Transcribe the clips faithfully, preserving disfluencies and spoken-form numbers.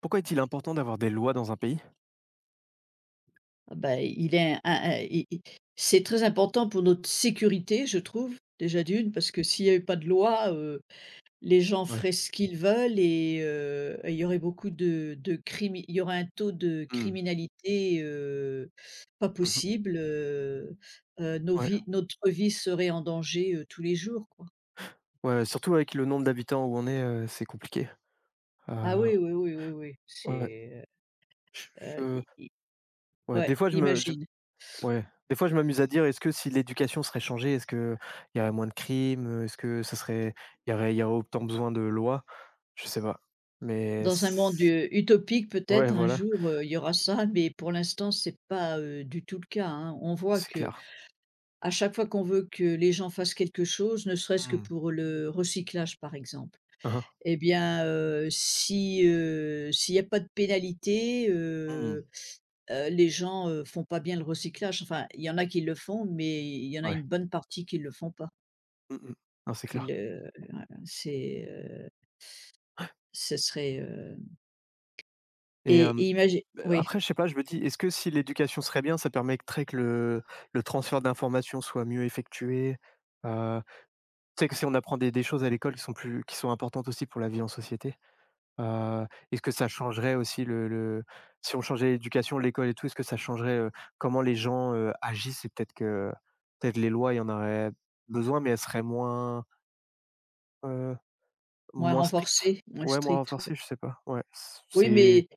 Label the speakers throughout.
Speaker 1: Pourquoi est-il important d'avoir des lois dans un pays?
Speaker 2: Ah bah, il est un un i i c'est très important pour notre sécurité, je trouve, déjà d'une, parce que s'il y avait pas de loi, heu, les gens
Speaker 1: Ouais.
Speaker 2: feraient ce qu'ils veulent et heu, il y aurait beaucoup de de crimi il y aurait un taux de
Speaker 1: Mmh.
Speaker 2: criminalité, heu, pas
Speaker 1: Mmh.
Speaker 2: possible, heu heu, nos
Speaker 1: Ouais.
Speaker 2: vies notre vie serait en danger, heu, tous les jours, quoi.
Speaker 1: Ouais, surtout avec le nombre d'habitants où on est, heu, c'est compliqué. Heu,
Speaker 2: Ah oui, oui, oui, oui, oui,
Speaker 1: ouais,
Speaker 2: c'est, heu
Speaker 1: je je
Speaker 2: i i
Speaker 1: ouais,
Speaker 2: ouais,
Speaker 1: des fois je me je
Speaker 2: imagine.
Speaker 1: ouais, des fois je m'amuse à dire: «Est-ce que si l'éducation serait changée, est-ce que il y aurait moins de crimes, Est-ce que ça serait il y aurait il y aurait autant besoin de lois?» Je sais pas. Mais
Speaker 2: Dans un monde,
Speaker 1: c
Speaker 2: heu, utopique
Speaker 1: Ouais,
Speaker 2: peut-être un
Speaker 1: voilà,
Speaker 2: jour, heu, il y aura ça, mais pour l'instant c'est pas, heu, du tout le cas, hein. On voit
Speaker 1: c'est
Speaker 2: que
Speaker 1: clair.
Speaker 2: à chaque fois qu'on veut que les gens fassent quelque chose, ne serait-ce que
Speaker 1: Mmh.
Speaker 2: pour le recyclage par exemple,
Speaker 1: Hein hein.
Speaker 2: eh bien, heu, si, heu, s'il n'y a pas de pénalité,
Speaker 1: Mmh.
Speaker 2: heu heu, les gens, heu, font pas bien le recyclage. Enfin, il y en a qui le font, mais il y en a
Speaker 1: Ouais.
Speaker 2: une bonne partie qui le font pas,
Speaker 1: Mmh mh. Non, c'est
Speaker 2: qui
Speaker 1: clair.
Speaker 2: le voilà, c'est, heu, ce serait, heu
Speaker 1: et
Speaker 2: et et imagi
Speaker 1: Beh,
Speaker 2: oui.
Speaker 1: après, je sais pas, je me dis, est-ce que si l'éducation serait bien, ça permettrait que le le transfert d'informations soit mieux effectué? Heu, Tu sais que si on apprend des des choses à l'école qui sont plus qui sont importantes aussi pour la vie en société, heu, est-ce que ça changerait aussi le le si on changeait l'éducation, l'école et tout, est-ce que ça changerait, heu, comment les gens, heu, agissent? Et peut-être que peut-être les lois, il y en aurait besoin, mais elles seraient moins, heu,
Speaker 2: Moins
Speaker 1: moins strictes?
Speaker 2: renforcé, moins
Speaker 1: Ouais, moins
Speaker 2: strict, ouais.
Speaker 1: renforcées, je sais pas. Ouais,
Speaker 2: Oui,
Speaker 1: c'est
Speaker 2: mais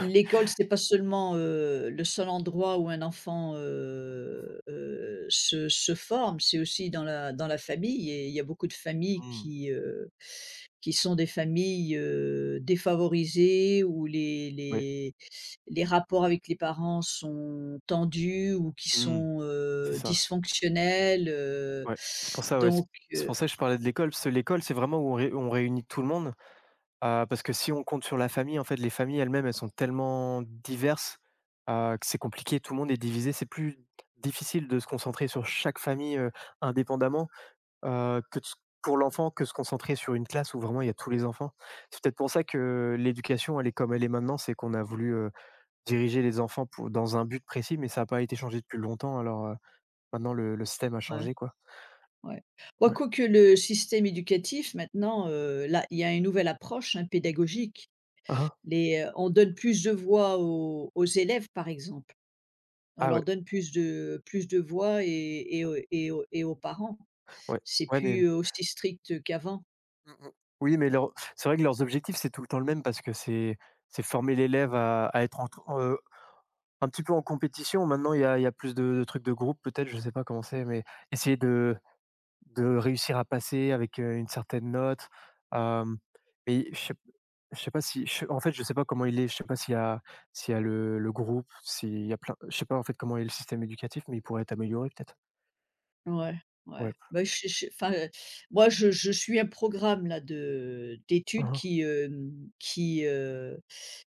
Speaker 2: l'école, c'est pas seulement, heu, le seul endroit où un enfant, heu heu, se se forme, c'est aussi dans la dans la famille et il y a beaucoup de familles
Speaker 1: mmh,
Speaker 2: qui, heu, qui sont des familles, heu, défavorisées où les
Speaker 1: oui,
Speaker 2: les les rapports avec les parents sont tendus ou qui
Speaker 1: mmh,
Speaker 2: sont,
Speaker 1: c'est
Speaker 2: heu,
Speaker 1: ça.
Speaker 2: dysfonctionnels, heu,
Speaker 1: Ouais, c'est pour ça, ouais, c
Speaker 2: donc
Speaker 1: c'est
Speaker 2: heu
Speaker 1: pour ça que je parlais de l'école, parce que l'école, c'est vraiment où on ré on réunit tout le monde, heu, parce que si on compte sur la famille, en fait, les familles elles-mêmes, elles sont tellement diverses, heu, que c'est compliqué, tout le monde est divisé. C'est plus difficile de se concentrer sur chaque famille, heu, indépendamment, heu, que de s pour l'enfant, que se concentrer sur une classe où vraiment il y a tous les enfants. C'est peut-être pour ça que l'éducation, elle est comme elle est maintenant, c'est qu'on a voulu, heu, diriger les enfants pou dans un but précis, mais ça n'a pas été changé depuis longtemps, alors, heu, maintenant le le système a
Speaker 2: ouais.
Speaker 1: changé, quoi.
Speaker 2: Ouais. Bah,
Speaker 1: Ouais.
Speaker 2: quoique le système éducatif maintenant, heu, là, il y a une nouvelle approche, hein, pédagogique.
Speaker 1: Hein hein.
Speaker 2: Les, heu, on donne plus de voix aux aux élèves, par exemple. On
Speaker 1: Ah
Speaker 2: leur
Speaker 1: ouais.
Speaker 2: donne plus de plus de voix et et aux et aux et aux parents.
Speaker 1: Ouais,
Speaker 2: C'est
Speaker 1: ouais, mais
Speaker 2: plus, heu, aussi strict qu'avant.
Speaker 1: mmh mh. Oui, mais leurs c'est vrai que leurs objectifs, c'est tout le temps le même parce que c'est c'est former l'élève à à être entre heu, un petit peu en compétition. Maintenant, il y a il y a plus de de trucs de groupe peut-être, je sais pas comment c'est, mais essayer de de réussir à passer avec, heu, une certaine note. Hem, mais je sais p je sais pas si je en fait, je sais pas comment il est, je sais pas s'il y a s'il y a le le groupe, s'il y a plein je sais pas en fait comment est le système éducatif, mais il pourrait être amélioré peut-être?
Speaker 2: Ouais, ouais.
Speaker 1: Ouais.
Speaker 2: Bah, je je enfin, heu, moi je je suis un programme là de d'études
Speaker 1: Mmh mh.
Speaker 2: qui, hem, qui, heu,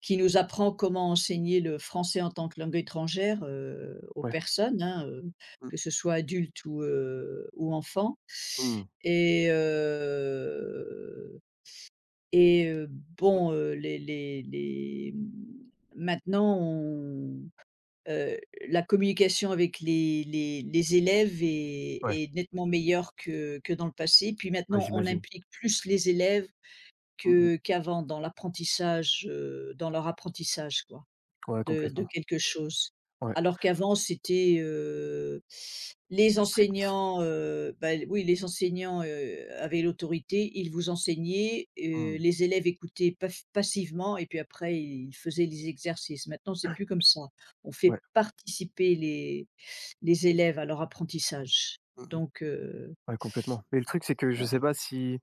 Speaker 2: qui nous apprend comment enseigner le français en tant que langue étrangère, heu, aux
Speaker 1: Ouais.
Speaker 2: personnes, hein, heu,
Speaker 1: Mmh.
Speaker 2: que ce soit adultes ou, heu, ou enfants
Speaker 1: Mmh.
Speaker 2: et heu et heu,
Speaker 1: Mmh.
Speaker 2: bon, heu, les les les, mmh, maintenant on Heu, la communication avec les les les élèves est
Speaker 1: Ouais.
Speaker 2: est nettement meilleure que que dans le passé. Puis
Speaker 1: Ouais,
Speaker 2: maintenant, on
Speaker 1: j'imagine.
Speaker 2: implique plus les élèves
Speaker 1: Mmh
Speaker 2: que
Speaker 1: mh.
Speaker 2: qu'avant dans l'apprentissage, heu, dans leur apprentissage, quoi
Speaker 1: Ouais,
Speaker 2: de de
Speaker 1: complètement.
Speaker 2: quelque chose.
Speaker 1: Ouais.
Speaker 2: Alors qu'avant c'était, heu, les
Speaker 1: Plus strict.
Speaker 2: enseignants, heu, bah, oui, les enseignants, heu, avaient l'autorité, ils vous enseignaient, heu,
Speaker 1: Mmh.
Speaker 2: les élèves écoutaient paf passivement et puis après ils faisaient les exercices. Maintenant, c'est plus comme ça. On fait
Speaker 1: Ouais.
Speaker 2: participer les les élèves à leur apprentissage.
Speaker 1: Mmh mh.
Speaker 2: Donc heu,
Speaker 1: Ouais, complètement. Mais le truc, c'est que je
Speaker 2: ouais.
Speaker 1: sais pas si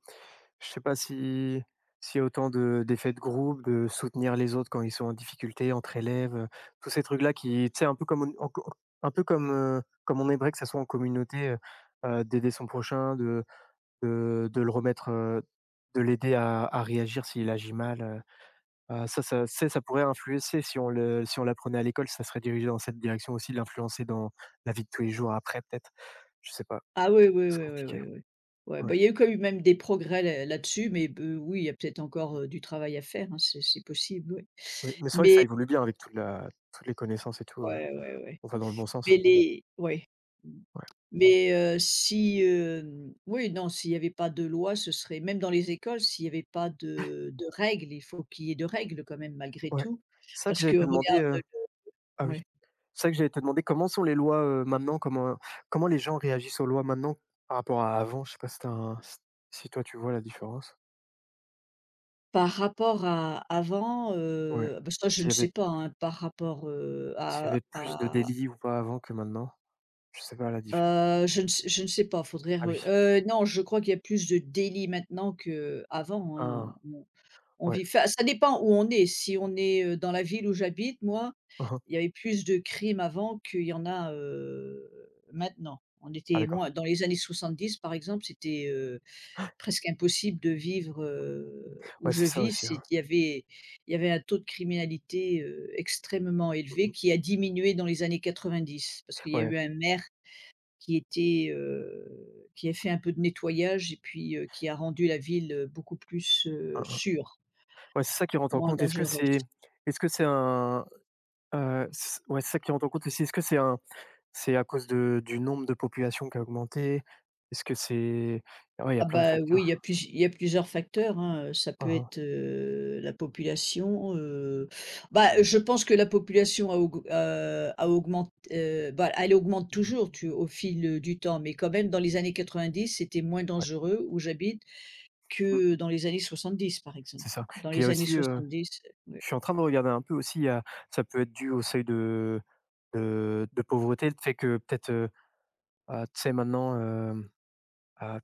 Speaker 1: je sais pas si s'il y a autant de d'effets de groupe, de soutenir les autres quand ils sont en difficulté entre élèves, heu, tous ces trucs-là qui tu sais, un peu comme on en co un peu comme, heu, comme on aimerait que ça soit en communauté, heu heu, d'aider son prochain, de de de le remettre, heu, de l'aider à à réagir s'il agit mal, heu Heu, ça ça tu ça pourrait influencer si on le si on l'apprenait à l'école, ça serait dirigé dans cette direction aussi, de l'influencer dans la vie de tous les jours après peut-être? Je sais pas,
Speaker 2: Ah oui, oui,
Speaker 1: c'est
Speaker 2: oui, oui,
Speaker 1: compliqué.
Speaker 2: oui, oui. Ouais,
Speaker 1: Ouais.
Speaker 2: bah, il y a eu quand même des progrès là là-dessus mais b oui, il y a peut-être encore,
Speaker 1: Mmh.
Speaker 2: heu, du travail à faire, hein, c'est c'est possible, oui.
Speaker 1: Oui, mais c'est vrai que ça
Speaker 2: Mais
Speaker 1: évolue bien avec toute la toutes les connaissances et tout, heu,
Speaker 2: Ouais, ouais, ouais.
Speaker 1: on va dans le bon
Speaker 2: Mais
Speaker 1: sens.
Speaker 2: les ouais. Mmh.
Speaker 1: Ouais.
Speaker 2: Mais, heu, si, hem, oui, non, s'il y avait pas de loi, ce serait même dans les écoles, s'il y avait pas de de règles, il faut qu'il y ait de règles quand même malgré
Speaker 1: Ouais.
Speaker 2: tout.
Speaker 1: ça que
Speaker 2: Parce
Speaker 1: j'allais
Speaker 2: que
Speaker 1: te demander,
Speaker 2: regarde, heu,
Speaker 1: heu Ah
Speaker 2: le
Speaker 1: oui,
Speaker 2: ouais.
Speaker 1: ça que j'allais te demander, comment sont les lois, heu, maintenant? Comment comment les gens réagissent aux lois maintenant par rapport à avant? Je sais pas si tu un si si toi tu vois la différence?
Speaker 2: Par rapport à avant,
Speaker 1: Ouais.
Speaker 2: heu, bah, ça je ne
Speaker 1: S'il y avait
Speaker 2: sais pas, hein, par rapport, heu,
Speaker 1: s'il y
Speaker 2: à
Speaker 1: avait plus de
Speaker 2: à
Speaker 1: délits ou pas avant que maintenant? Je sais pas la différence.
Speaker 2: heu, je ne sais je ne sais pas, faudrait
Speaker 1: Ah
Speaker 2: re
Speaker 1: oui.
Speaker 2: heu, non, je crois qu'il y a plus de délits maintenant qu'avant, hein.
Speaker 1: Ah,
Speaker 2: On On
Speaker 1: ouais.
Speaker 2: vit enfin, ça dépend où on est. Si on est, heu, dans la ville où j'habite, moi,
Speaker 1: Mmh mh.
Speaker 2: il y avait plus de crimes avant qu'il y en a, heu, maintenant. On
Speaker 1: Ah
Speaker 2: était
Speaker 1: d'accord.
Speaker 2: moins dans les années soixante-dix par exemple, c'était, heu, presque impossible de vivre, heu, où
Speaker 1: Ouais,
Speaker 2: je
Speaker 1: c'est ça
Speaker 2: vis.
Speaker 1: aussi,
Speaker 2: C'est
Speaker 1: hein.
Speaker 2: il y avait il y avait un taux de criminalité, heu, extrêmement
Speaker 1: Mmh
Speaker 2: élevé
Speaker 1: mh.
Speaker 2: qui a diminué dans les années quatre-vingt-dix parce qu'il y a
Speaker 1: Ouais.
Speaker 2: eu un maire qui était, heu, qui a fait un peu de nettoyage et puis, heu, qui a rendu la ville, heu, beaucoup plus, heu,
Speaker 1: Hein, hein.
Speaker 2: sûre.
Speaker 1: Ouais, c'est ça qui rentre en
Speaker 2: Moins
Speaker 1: compte. Est-ce que
Speaker 2: dangereuse.
Speaker 1: c'est est-ce que c'est un, heu, c ouais, c'est ça qui rentre en compte aussi. Est-ce que c'est un C'est à cause de du nombre de population qui a augmenté? Est-ce que c'est Ouais, il y
Speaker 2: Ah
Speaker 1: a plein de
Speaker 2: bah, oui, il
Speaker 1: facteurs.
Speaker 2: y a plus il y a plusieurs facteurs, hein, heu, ça
Speaker 1: Hein,
Speaker 2: peut
Speaker 1: hein.
Speaker 2: être, heu, la population, heu, bah,
Speaker 1: Mmh.
Speaker 2: je pense que la population a aug heu, a augment heu, bah, elle augmente
Speaker 1: Mmh mh.
Speaker 2: toujours tu au fil, heu, du temps, mais quand même dans les années quatre-vingt-dix, c'était moins
Speaker 1: Ouais.
Speaker 2: dangereux où j'habite que
Speaker 1: Mmh.
Speaker 2: dans les années soixante-dix, par exemple.
Speaker 1: C'est ça.
Speaker 2: Dans
Speaker 1: Puis il y a
Speaker 2: les années
Speaker 1: aussi, heu,
Speaker 2: soixante-dix, heu, ouais.
Speaker 1: je suis en train de regarder un peu aussi, il y a ça peut être dû au seuil de de de pauvreté, le fait que peut-être, heu, heu, tu sais maintenant, hem, heu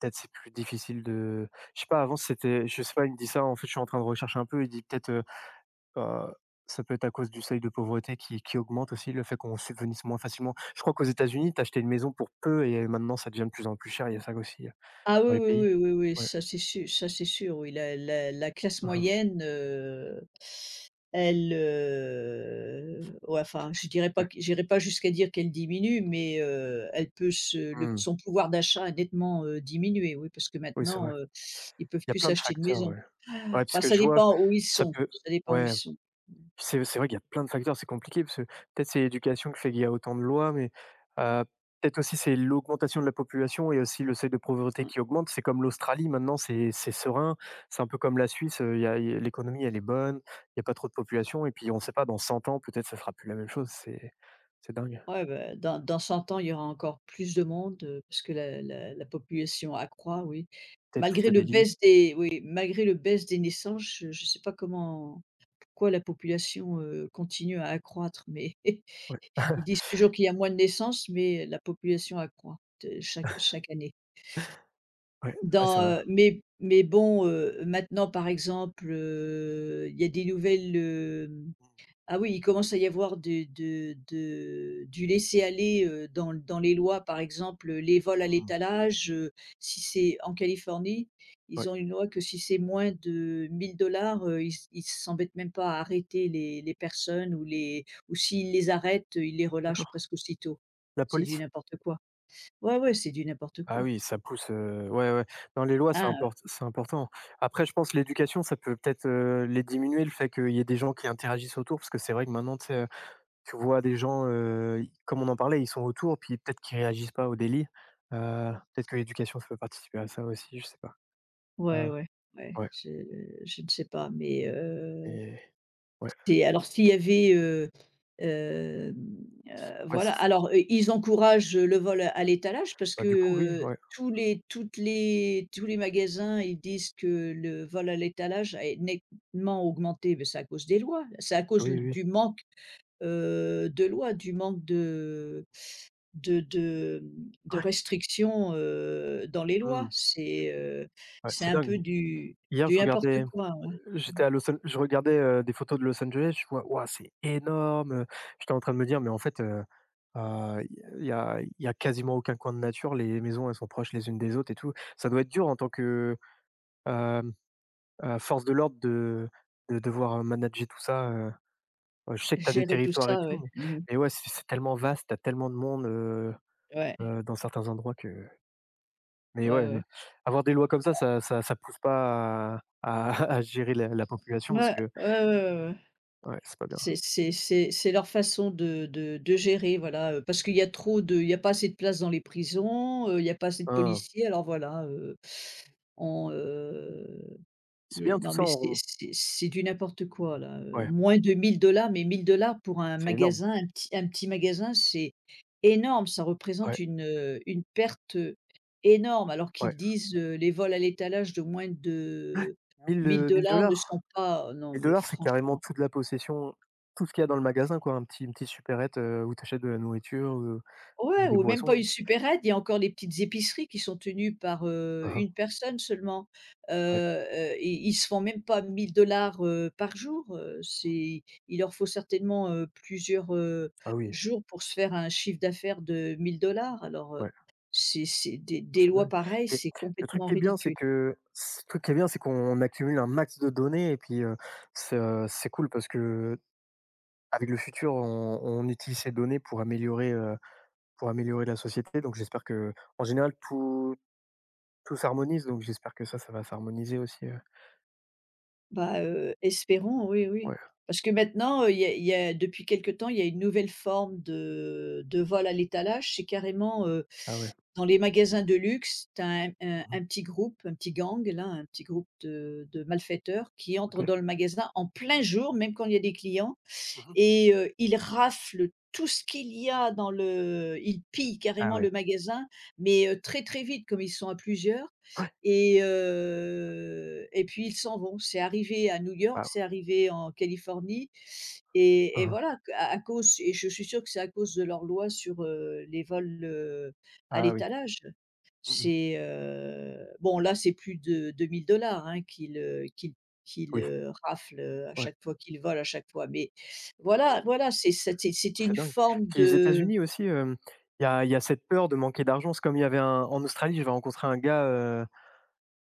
Speaker 1: peut-être c'est plus difficile de je sais pas, avant c'était je sais pas, il me dit ça, en fait, je suis en train de rechercher un peu, il dit peut-être, heu heu, ça peut être à cause du seuil de pauvreté qui qui augmente aussi, le fait qu'on subvenisse moins facilement. Je crois qu'aux États-Unis, tu achetais une maison pour peu et maintenant ça devient de plus en plus cher, il y a ça aussi, heu,
Speaker 2: Ah oui,
Speaker 1: dans les
Speaker 2: oui,
Speaker 1: pays.
Speaker 2: oui, oui, oui,
Speaker 1: Ouais.
Speaker 2: ça c'est sûr ça c'est sûr, oui, la la la classe
Speaker 1: Mmh mh.
Speaker 2: moyenne. Elle, heu, ouais, enfin, je dirais pas
Speaker 1: Ouais.
Speaker 2: que j'irai pas jusqu'à dire qu'elle diminue, mais, heu, elle peut se le
Speaker 1: Mmh.
Speaker 2: son pouvoir d'achat a nettement, heu, diminué, oui, parce que
Speaker 1: Oui, c'est
Speaker 2: maintenant,
Speaker 1: vrai.
Speaker 2: heu, ils peuvent
Speaker 1: Il y a
Speaker 2: plus
Speaker 1: plein de
Speaker 2: s'acheter de
Speaker 1: facteurs,
Speaker 2: maison.
Speaker 1: ouais. Ouais, parce
Speaker 2: Enfin,
Speaker 1: que
Speaker 2: ça
Speaker 1: je vois,
Speaker 2: dépend où ils
Speaker 1: ça
Speaker 2: sont,
Speaker 1: peut
Speaker 2: ça dépend où ils
Speaker 1: ouais.
Speaker 2: sont.
Speaker 1: C'est c'est vrai qu'il y a plein de facteurs, c'est compliqué parce que peut-être c'est l'éducation qui fait qu'il y a autant de lois, mais heu, peut-être aussi c'est l'augmentation de la population et aussi le seuil de pauvreté qui augmente. C'est comme l'Australie maintenant, c'est c'est serein, c'est un peu comme la Suisse, heu, il y a il y a l'économie elle est bonne, il y a pas trop de population et puis on ne sait pas dans cent ans peut-être ça sera plus la même chose, c'est c'est dingue.
Speaker 2: Ouais, bah, dans dans cent ans, il y aura encore plus de monde, heu, parce que la la la population accroît, oui.
Speaker 1: Peut-être plus
Speaker 2: Malgré
Speaker 1: de
Speaker 2: le
Speaker 1: délits.
Speaker 2: baisse des oui, malgré le baisse des naissances, je je sais pas comment pourquoi la population, heu, continue à accroître, mais
Speaker 1: Ouais.
Speaker 2: Ils disent toujours qu'il y a moins de naissances, mais la population accroît, heu, chaque chaque année.
Speaker 1: Ouais, ouais,
Speaker 2: Dans,
Speaker 1: c'est un
Speaker 2: heu, mais mais bon, heu, maintenant, par exemple, heu, il y a des nouvelles, euh, ah oui, il commence à y avoir de de de du laisser-aller, heu, dans dans les lois, par exemple, les vols à
Speaker 1: mmh,
Speaker 2: l'étalage, heu, si c'est en Californie,
Speaker 1: ouais,
Speaker 2: ils ont une loi que si c'est moins de mille dollars, ils s ils s'embêtent même pas à arrêter les les personnes ou les ou s'ils les arrêtent, heu, ils les
Speaker 1: d'accord.
Speaker 2: relâchent presque aussitôt.
Speaker 1: La
Speaker 2: C'est du
Speaker 1: police?
Speaker 2: n'importe quoi. Ouais, ouais, c'est du n'importe
Speaker 1: Ah
Speaker 2: quoi.
Speaker 1: oui, ça pousse, heu, ouais, ouais. Dans les lois, c'est
Speaker 2: Hein,
Speaker 1: import c'est important. Après, je pense que l'éducation, ça peut peut-être, heu, les diminuer, le fait qu'il y ait des gens qui interagissent autour, parce que c'est vrai que maintenant, tu sais, heu, tu vois des gens, heu, i comme on en parlait, ils sont autour, puis peut-être qu'ils réagissent pas aux délits. Heu, peut-être que l'éducation, ça peut participer à ça aussi, je sais pas.
Speaker 2: ouais,
Speaker 1: Heu,
Speaker 2: ouais, ouais,
Speaker 1: ouais
Speaker 2: je je ne sais pas, mais heu
Speaker 1: et ouais,
Speaker 2: c'est alors s'il y avait, heu, hem, heu,
Speaker 1: ouais,
Speaker 2: voilà
Speaker 1: c
Speaker 2: alors, heu, ils encouragent, le vol à l'étalage parce
Speaker 1: bah,
Speaker 2: que,
Speaker 1: du coup, oui,
Speaker 2: heu,
Speaker 1: ouais.
Speaker 2: tous les toutes les tous les magasins, ils disent que le vol à l'étalage a nettement augmenté, mais c'est à cause des lois. C'est à cause
Speaker 1: Oui, oui.
Speaker 2: du manque, heu, de lois, du manque de de de, mmh, de
Speaker 1: Ouais,
Speaker 2: restrictions, heu, dans les lois.
Speaker 1: mmh,
Speaker 2: C'est, heu,
Speaker 1: ouais,
Speaker 2: c'est
Speaker 1: c'est
Speaker 2: un
Speaker 1: dingue.
Speaker 2: peu du
Speaker 1: Hier,
Speaker 2: du
Speaker 1: je
Speaker 2: n'importe
Speaker 1: regardais
Speaker 2: quoi, ouais.
Speaker 1: j'étais à Los An je regardais, heu, des photos de Los Angeles, je vois: «Waouh, c'est énorme, j'étais en train de me dire: «Mais en fait, heu heu, il y a il y a quasiment aucun coin de nature, les maisons, elles sont proches les unes des autres et tout». Ça doit être dur en tant que, hem, heu, force de l'ordre de de devoir, manager tout ça, heu, heu, je sais que tu as des
Speaker 2: Gérer tout
Speaker 1: territoires et
Speaker 2: ça,
Speaker 1: tout,
Speaker 2: ouais.
Speaker 1: mais
Speaker 2: Mmh.
Speaker 1: mais ouais, c'est c'est tellement vaste, tu as tellement de monde, heu
Speaker 2: Ouais,
Speaker 1: heu, dans certains endroits que mais
Speaker 2: ouais,
Speaker 1: ouais,
Speaker 2: ouais.
Speaker 1: heu, avoir des lois comme ça, ça ça ça pousse pas à à à gérer la la population parce
Speaker 2: Ouais,
Speaker 1: que
Speaker 2: ouais, ouais, ouais, ouais.
Speaker 1: ouais, c'est pas bien.
Speaker 2: C'est c'est c'est c'est leur façon de de de gérer, voilà, heu, parce qu'il y a trop de il y a pas assez de place dans les prisons, heu, il y a pas assez de
Speaker 1: Hein, hein.
Speaker 2: policiers, alors voilà, heu, on,
Speaker 1: C'est
Speaker 2: et
Speaker 1: bien tout
Speaker 2: non,
Speaker 1: ça
Speaker 2: mais
Speaker 1: en
Speaker 2: c'est
Speaker 1: rond.
Speaker 2: c'est c'est du n'importe quoi là, heu,
Speaker 1: Ouais,
Speaker 2: moins de mille dollars mais mille dollars pour un
Speaker 1: c'est énorme.
Speaker 2: magasin, un petit un petit magasin, c'est énorme. Ça représente
Speaker 1: Ouais,
Speaker 2: une, heu, une perte, énorme alors qu'ils
Speaker 1: ouais.
Speaker 2: disent, heu, les vols à l'étalage de moins de
Speaker 1: Mille
Speaker 2: mille
Speaker 1: euh, mille
Speaker 2: dollars ne sont
Speaker 1: dollars.
Speaker 2: pas non
Speaker 1: Mille
Speaker 2: mais
Speaker 1: dollars, c'est carrément
Speaker 2: franchement.
Speaker 1: toute la possession, tout ce qu'il y a dans le magasin quoi, un petit une petite supérette, heu, où tu achètes de la nourriture, heu, ou
Speaker 2: Ouais,
Speaker 1: des
Speaker 2: ou même pas
Speaker 1: boissons.
Speaker 2: une supérette, il y a encore les petites épiceries qui sont tenues par, heu,
Speaker 1: Hein hein,
Speaker 2: une personne seulement. Heu
Speaker 1: ouais.
Speaker 2: heu, ils ils se font même pas mille dollars par jour, heu,
Speaker 1: Mmh.
Speaker 2: c'est il leur faut certainement, heu, plusieurs, heu,
Speaker 1: Ah oui,
Speaker 2: jours pour se faire un chiffre d'affaires de mille dollars. Alors, heu,
Speaker 1: ouais,
Speaker 2: c'est c'est des des
Speaker 1: c'est
Speaker 2: lois
Speaker 1: dingue.
Speaker 2: pareilles,
Speaker 1: Mais
Speaker 2: c'est
Speaker 1: le truc
Speaker 2: complètement
Speaker 1: qui est bien, c'est
Speaker 2: ridicule.
Speaker 1: que Ce truc qui est bien, c'est qu'on accumule un max de données et puis, heu, c'est, heu, c'est cool parce que avec le futur, on on utilise ces données pour améliorer, heu, pour améliorer la société donc j'espère que en général tout tout s'harmonise, donc j'espère que ça, ça va s'harmoniser aussi, heu.
Speaker 2: Bah, heu, espérons, oui, oui.
Speaker 1: Ouais.
Speaker 2: Parce que maintenant, heu, il y a il y a depuis quelque temps, il y a une nouvelle forme de de vol à l'étalage. C'est carrément, heu,
Speaker 1: Ah ouais.
Speaker 2: dans les magasins de luxe, tu un un
Speaker 1: Mmh.
Speaker 2: un petit groupe, un petit gang là, un petit groupe de de malfaiteurs qui entrent
Speaker 1: OK.
Speaker 2: dans le magasin en plein jour, même quand il y a des clients
Speaker 1: Mmh mh.
Speaker 2: et heu, il rafle tout ce qu'il y a dans le il pille
Speaker 1: Ah
Speaker 2: carrément
Speaker 1: ouais.
Speaker 2: le magasin, mais heu, très, très vite comme ils sont à plusieurs
Speaker 1: Ouais.
Speaker 2: et heu et puis ils s'en vont. C'est arrivé à New York, c'est
Speaker 1: Waouh.
Speaker 2: arrivé en Californie et
Speaker 1: Hein,
Speaker 2: et
Speaker 1: hein.
Speaker 2: voilà à à cause et je suis sûre que c'est à cause de leur loi sur, heu, les vols, heu, à
Speaker 1: Ah oui.
Speaker 2: l'étalage.
Speaker 1: Mmh.
Speaker 2: C'est, heu, bon là, c'est plus de deux mille hein, qu'il, heu, qu'il qu'il,
Speaker 1: Oui,
Speaker 2: heu, rafle, heu, à
Speaker 1: ouais.
Speaker 2: chaque fois qu'il vole, à chaque fois, mais voilà,
Speaker 1: Mmh.
Speaker 2: voilà, c'est c'était c'était
Speaker 1: C'est
Speaker 2: une
Speaker 1: dingue.
Speaker 2: forme
Speaker 1: Puis aux
Speaker 2: de
Speaker 1: États-Unis aussi, hem, il y a il y a cette peur de manquer d'argent. C'est comme il y avait un en Australie, j'avais rencontré un gars, heu,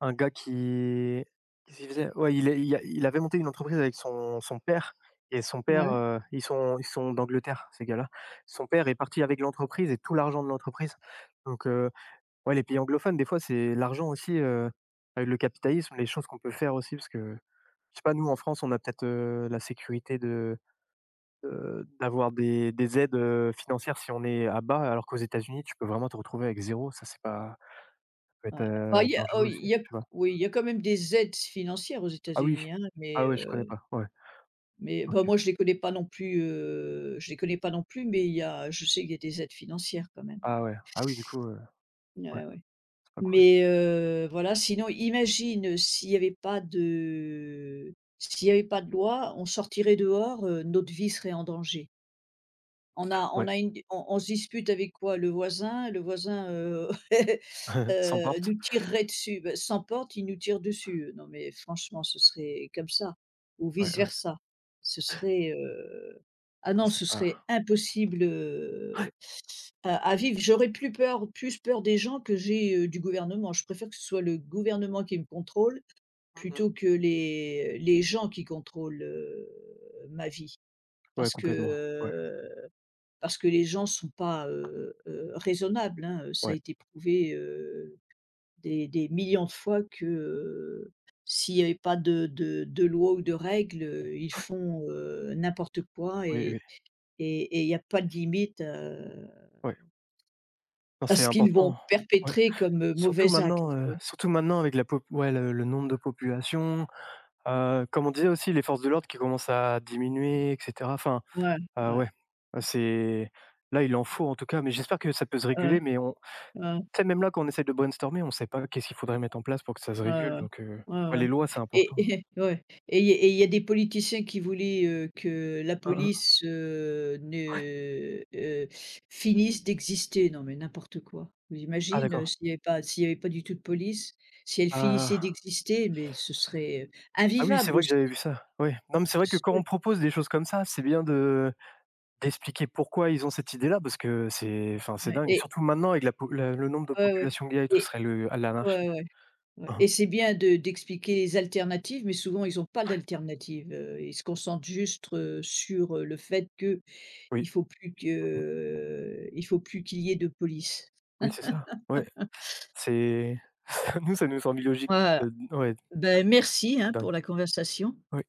Speaker 1: un gars qui qu'est-ce qu'il faisait? Ouais, il est il a il avait monté une entreprise avec son son père et son
Speaker 2: ouais,
Speaker 1: père,
Speaker 2: ouais.
Speaker 1: heu, ils sont ils sont d'Angleterre, ces gars-là. Son père est parti avec l'entreprise et tout l'argent de l'entreprise, donc heu. Ouais, les pays anglophones, des fois, c'est l'argent aussi, heu, avec le capitalisme, les choses qu'on peut faire aussi parce que, je sais pas, nous en France, on a peut-être, heu, la sécurité de, heu, d'avoir des des aides, heu, financières si on est à bas, alors qu'aux États-Unis, tu peux vraiment te retrouver avec zéro. Ça, c'est pas Ça peut être,
Speaker 2: Ah
Speaker 1: heu,
Speaker 2: il y a oh
Speaker 1: dangereux
Speaker 2: il
Speaker 1: aussi,
Speaker 2: y a
Speaker 1: je sais pas.
Speaker 2: oui, il y a quand même des aides financières aux
Speaker 1: Ah oui?
Speaker 2: États-Unis hein, mais,
Speaker 1: Ah ouais, je
Speaker 2: heu,
Speaker 1: connais pas. Ouais,
Speaker 2: mais
Speaker 1: OK.
Speaker 2: bah, moi je les connais pas non plus, heu, je les connais pas non plus, mais il y a je sais qu'il y a des aides financières quand même,
Speaker 1: Ah
Speaker 2: oui.
Speaker 1: ouais. Ah oui, du coup, heu, ouais,
Speaker 2: Ouais, ouais.
Speaker 1: c'est pas cool.
Speaker 2: Mais heu, voilà, sinon imagine s'il n'y avait pas de s'il n'y avait pas de loi, on sortirait dehors, heu, notre vie serait en danger. On a on
Speaker 1: Ouais,
Speaker 2: a une on on se dispute avec quoi? Le voisin, le voisin, heu, heu,
Speaker 1: sans porte.
Speaker 2: nous tirerait dessus. Ben, sans porte, il nous tire dessus. Non mais franchement, ce serait comme ça ou
Speaker 1: Ouais,
Speaker 2: vice
Speaker 1: ouais.
Speaker 2: versa. Ce serait, heu ah
Speaker 1: Ah,
Speaker 2: non,
Speaker 1: c'est
Speaker 2: ce
Speaker 1: pas
Speaker 2: serait impossible, heu Heu, à vivre. J'aurais plus peur plus peur des gens que j'ai, heu, du gouvernement. Je préfère que ce soit le gouvernement qui me contrôle
Speaker 1: Mmh mh.
Speaker 2: plutôt que les les gens qui contrôlent, heu, ma vie.
Speaker 1: Ouais,
Speaker 2: Parce que,
Speaker 1: complètement. Ouais,
Speaker 2: heu, parce que les gens ne sont pas, heu heu, raisonnables, hein, heu, ça a
Speaker 1: ouais.
Speaker 2: été prouvé, heu, des des millions de fois que, heu, s'il y avait pas de de de loi ou de règles, heu, ils font, heu, n'importe quoi
Speaker 1: Oui,
Speaker 2: et
Speaker 1: oui,
Speaker 2: et et il y a pas de limite, heu
Speaker 1: ouais. Non,
Speaker 2: à
Speaker 1: c'est
Speaker 2: ce qu'ils vont
Speaker 1: important. Ouais.
Speaker 2: perpétrer comme, heu,
Speaker 1: Surtout
Speaker 2: mauvais acte,
Speaker 1: maintenant, heu,
Speaker 2: oui.
Speaker 1: surtout maintenant avec la pop ouais, le le nombre de population, heu, comme on disait aussi les forces de l'ordre qui commencent à diminuer et cetera. Enfin,
Speaker 2: Ouais,
Speaker 1: heu,
Speaker 2: ouais,
Speaker 1: ouais, euh, c'est là, il en faut en tout cas, mais j'espère que ça peut se
Speaker 2: ouais,
Speaker 1: réguler, mais on
Speaker 2: ouais,
Speaker 1: tu sais, même là, quand on essaie de brainstormer, on ne sait pas qu'est-ce qu'il faudrait mettre en place pour que ça se
Speaker 2: ouais,
Speaker 1: régule,
Speaker 2: ouais.
Speaker 1: donc heu,
Speaker 2: Ouais,
Speaker 1: ouais, les
Speaker 2: ouais.
Speaker 1: lois, c'est
Speaker 2: Et
Speaker 1: important.
Speaker 2: et ouais, et il y a et il y a des politiciens qui voulaient, heu, que la
Speaker 1: Hein, hein.
Speaker 2: police, heu, ne, heu, finisse d'exister. Non, mais n'importe quoi. Tu
Speaker 1: Ah
Speaker 2: imagines, heu,
Speaker 1: d'accord.
Speaker 2: s'il y avait pas s'il y avait pas du tout de police, si elle finissait
Speaker 1: Ah,
Speaker 2: d'exister, mais ce serait, heu,
Speaker 1: ah oui, c'est
Speaker 2: invivable
Speaker 1: vrai que
Speaker 2: aussi.
Speaker 1: j'avais vu ça, oui. Non, mais c'est
Speaker 2: Ce
Speaker 1: vrai que quand
Speaker 2: serait.
Speaker 1: on propose des choses comme ça, c'est bien de D'expliquer pourquoi ils ont cette idée-là, parce que c'est enfin, c'est
Speaker 2: Ouais,
Speaker 1: dingue.
Speaker 2: et
Speaker 1: Surtout maintenant avec la po la le nombre de
Speaker 2: ouais, ouais,
Speaker 1: population gay et tout, ce
Speaker 2: et
Speaker 1: serait le à l'anarchie.
Speaker 2: ouais, ouais. Ouais
Speaker 1: Mmh.
Speaker 2: et c'est bien de d'expliquer les alternatives, mais souvent ils n'ont pas d'alternative, heu, ils se concentrent juste, heu, sur, heu, le fait
Speaker 1: Oui.
Speaker 2: qu'il faut plus que
Speaker 1: Mmh.
Speaker 2: euh, il faut plus qu'il y ait de police.
Speaker 1: Oui, c'est ça. Ouais. C'est nous, ça nous semble illogique,
Speaker 2: Voilà,
Speaker 1: heu, ouais,
Speaker 2: ben, merci,
Speaker 1: c'est
Speaker 2: hein,
Speaker 1: dingue.
Speaker 2: pour la conversation.
Speaker 1: Ouais.